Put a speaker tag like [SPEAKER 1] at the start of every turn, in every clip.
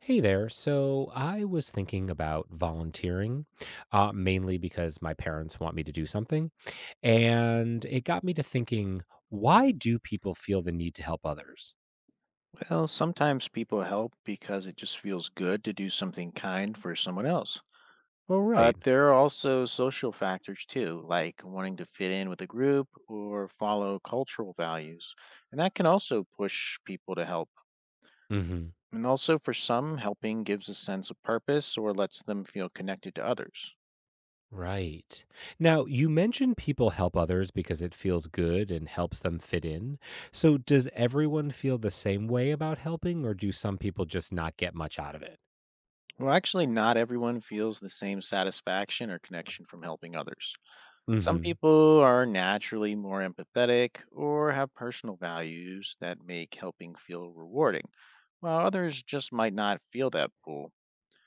[SPEAKER 1] Hey there. So I was thinking about volunteering, mainly because my parents want me to do something. And it got me to thinking, why do people feel the need to help others?
[SPEAKER 2] Well, sometimes people help because it just feels good to do something kind for someone else.
[SPEAKER 1] Oh,
[SPEAKER 2] But
[SPEAKER 1] right.
[SPEAKER 2] there are also social factors too, like wanting to fit in with a group or follow cultural values. And that can also push people to help.
[SPEAKER 1] Hmm.
[SPEAKER 2] And also, for some, helping gives a sense of purpose or lets them feel connected to others.
[SPEAKER 1] Right. Now, you mentioned people help others because it feels good and helps them fit in. So does everyone feel the same way about helping, or do some people just not get much out of it?
[SPEAKER 2] Well, actually, not everyone feels the same satisfaction or connection from helping others. Some
[SPEAKER 1] Hmm.
[SPEAKER 2] people are naturally more empathetic or have personal values that make helping feel rewarding, while others just might not feel that pull.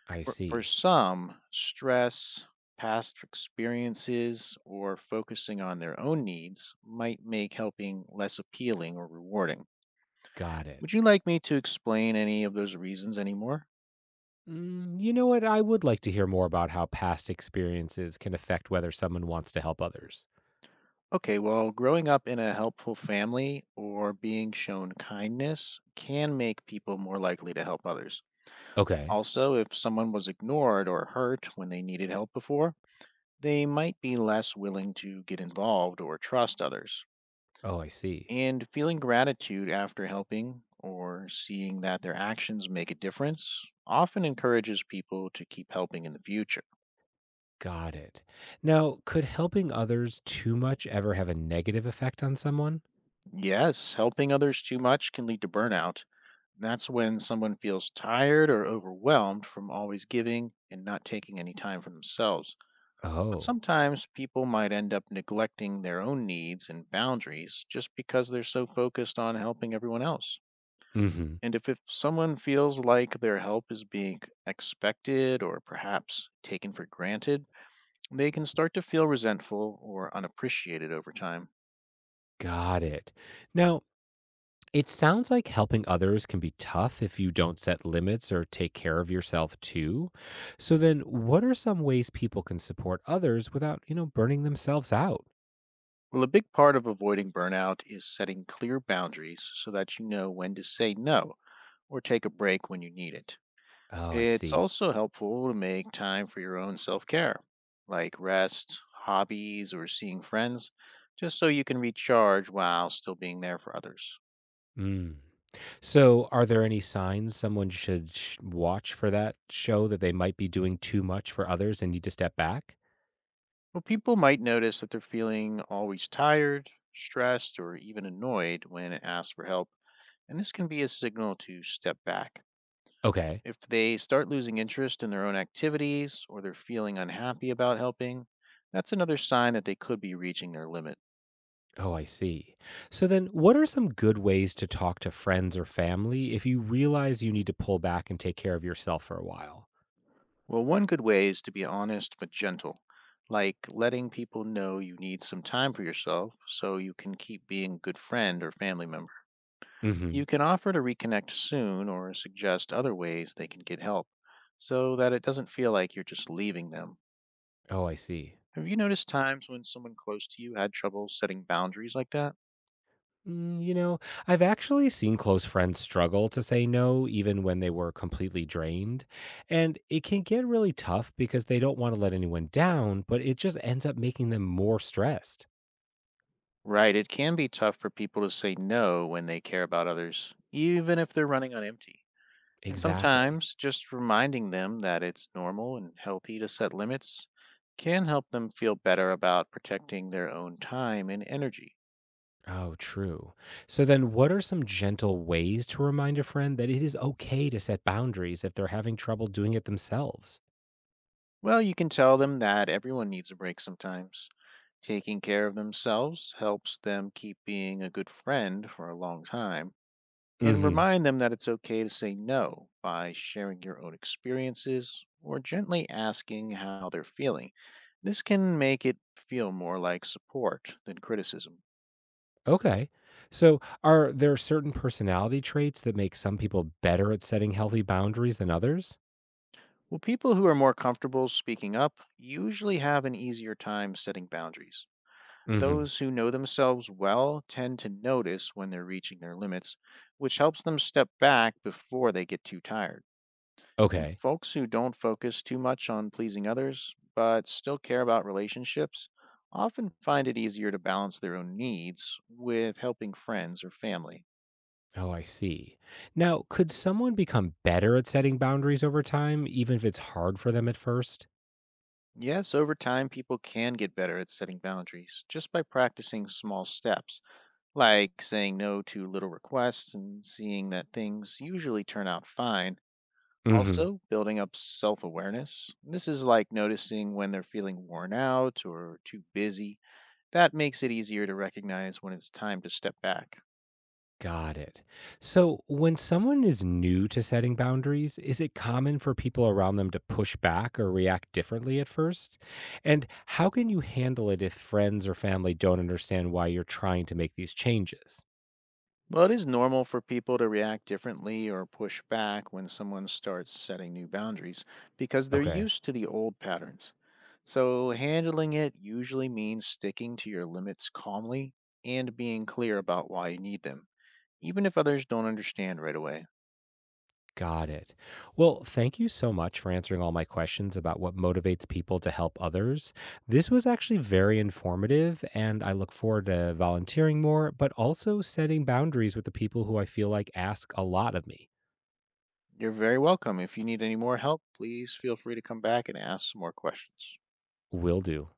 [SPEAKER 1] I
[SPEAKER 2] For
[SPEAKER 1] see.
[SPEAKER 2] some, stress, past experiences, or focusing on their own needs might make helping less appealing or rewarding.
[SPEAKER 1] Got it.
[SPEAKER 2] Would you like me to explain any of those reasons anymore?
[SPEAKER 1] Mm, you know what? I would like to hear more about how past experiences can affect whether someone wants to help others.
[SPEAKER 2] Okay, well, growing up in a helpful family or being shown kindness can make people more likely to help others.
[SPEAKER 1] Okay.
[SPEAKER 2] Also, if someone was ignored or hurt when they needed help before, they might be less willing to get involved or trust others.
[SPEAKER 1] Oh, I see.
[SPEAKER 2] And feeling gratitude after helping or seeing that their actions make a difference often encourages people to keep helping in the future.
[SPEAKER 1] Got it. Now, could helping others too much ever have a negative effect on someone?
[SPEAKER 2] Yes, helping others too much can lead to burnout. That's when someone feels tired or overwhelmed from always giving and not taking any time for themselves. But
[SPEAKER 1] Oh.
[SPEAKER 2] sometimes people might end up neglecting their own needs and boundaries just because they're so focused on helping everyone else.
[SPEAKER 1] Mhm.
[SPEAKER 2] And if someone feels like their help is being expected or perhaps taken for granted, they can start to feel resentful or unappreciated over time.
[SPEAKER 1] Got it. Now, it sounds like helping others can be tough if you don't set limits or take care of yourself too. So then, what are some ways people can support others without burning themselves out?
[SPEAKER 2] Well, a big part of avoiding burnout is setting clear boundaries so that you know when to say no or take a break when you need it.
[SPEAKER 1] Oh, I
[SPEAKER 2] It's
[SPEAKER 1] see.
[SPEAKER 2] also helpful to make time for your own self care, like rest, hobbies, or seeing friends, just so you can recharge while still being there for others.
[SPEAKER 1] Mm. So, are there any signs someone should watch for that show that they might be doing too much for others and need to step back?
[SPEAKER 2] Well, people might notice that they're feeling always tired, stressed, or even annoyed when asked for help, and this can be a signal to step back.
[SPEAKER 1] Okay.
[SPEAKER 2] If they start losing interest in their own activities or they're feeling unhappy about helping, that's another sign that they could be reaching their limit.
[SPEAKER 1] Oh, I see. So, then what are some good ways to talk to friends or family if you realize you need to pull back and take care of yourself for a while?
[SPEAKER 2] Well, one good way is to be honest but gentle, like letting people know you need some time for yourself so you can keep being a good friend or family member.
[SPEAKER 1] Mm hmm.
[SPEAKER 2] You can offer to reconnect soon or suggest other ways they can get help so that it doesn't feel like you're just leaving them.
[SPEAKER 1] Oh, I see.
[SPEAKER 2] Have you noticed times when someone close to you had trouble setting boundaries like that?
[SPEAKER 1] Mm, I've actually seen close friends struggle to say no even when they were completely drained. And it can get really tough because they don't want to let anyone down, but it just ends up making them more stressed.
[SPEAKER 2] Right. It can be tough for people to say no when they care about others, even if they're running on empty. And
[SPEAKER 1] Exactly.
[SPEAKER 2] sometimes just reminding them that it's normal and healthy to set limits can help them feel better about protecting their own time and energy.
[SPEAKER 1] Oh, true. So then what are some gentle ways to remind a friend that it is okay to set boundaries if they're having trouble doing it themselves?
[SPEAKER 2] Well, you can tell them that everyone needs a break sometimes. Taking care of themselves helps them keep being a good friend for a long time. And
[SPEAKER 1] Mhm.
[SPEAKER 2] remind them that it's okay to say no by sharing your own experiences or gently asking how they're feeling. This can make it feel more like support than criticism.
[SPEAKER 1] Okay. So are there certain personality traits that make some people better at setting healthy boundaries than others?
[SPEAKER 2] Well, people who are more comfortable speaking up usually have an easier time setting boundaries.
[SPEAKER 1] Mhm.
[SPEAKER 2] Those who know themselves well tend to notice when they're reaching their limits, which helps them step back before they get too tired. And
[SPEAKER 1] Okay.
[SPEAKER 2] folks who don't focus too much on pleasing others, but still care about relationships, often find it easier to balance their own needs with helping friends or family.
[SPEAKER 1] Oh, I see. Now, could someone become better at setting boundaries over time even if it's hard for them at 1st?
[SPEAKER 2] Yes, over time, people can get better at setting boundaries just by practicing small steps, like saying no to little requests and seeing that things usually turn out fine. Also, building up self awareness. This is like noticing when they're feeling worn out or too busy. That makes it easier to recognize when it's time to step back.
[SPEAKER 1] Got it. So, when someone is new to setting boundaries, is it common for people around them to push back or react differently at first? And how can you handle it if friends or family don't understand why you're trying to make these changes?
[SPEAKER 2] Well, it is normal for people to react differently or push back when someone starts setting new boundaries because they're
[SPEAKER 1] Okay,
[SPEAKER 2] used to the old patterns. So, handling it usually means sticking to your limits calmly and being clear about why you need them, even if others don't understand right away.
[SPEAKER 1] got it. Well, thank you so much for answering all my questions about what motivates people to help others. This was actually very informative, and I look forward to volunteering more, but also setting boundaries with the people who I feel like ask a lot of me.
[SPEAKER 2] You're very welcome. If you need any more help, please feel free to come back and ask some more questions.
[SPEAKER 1] Will do.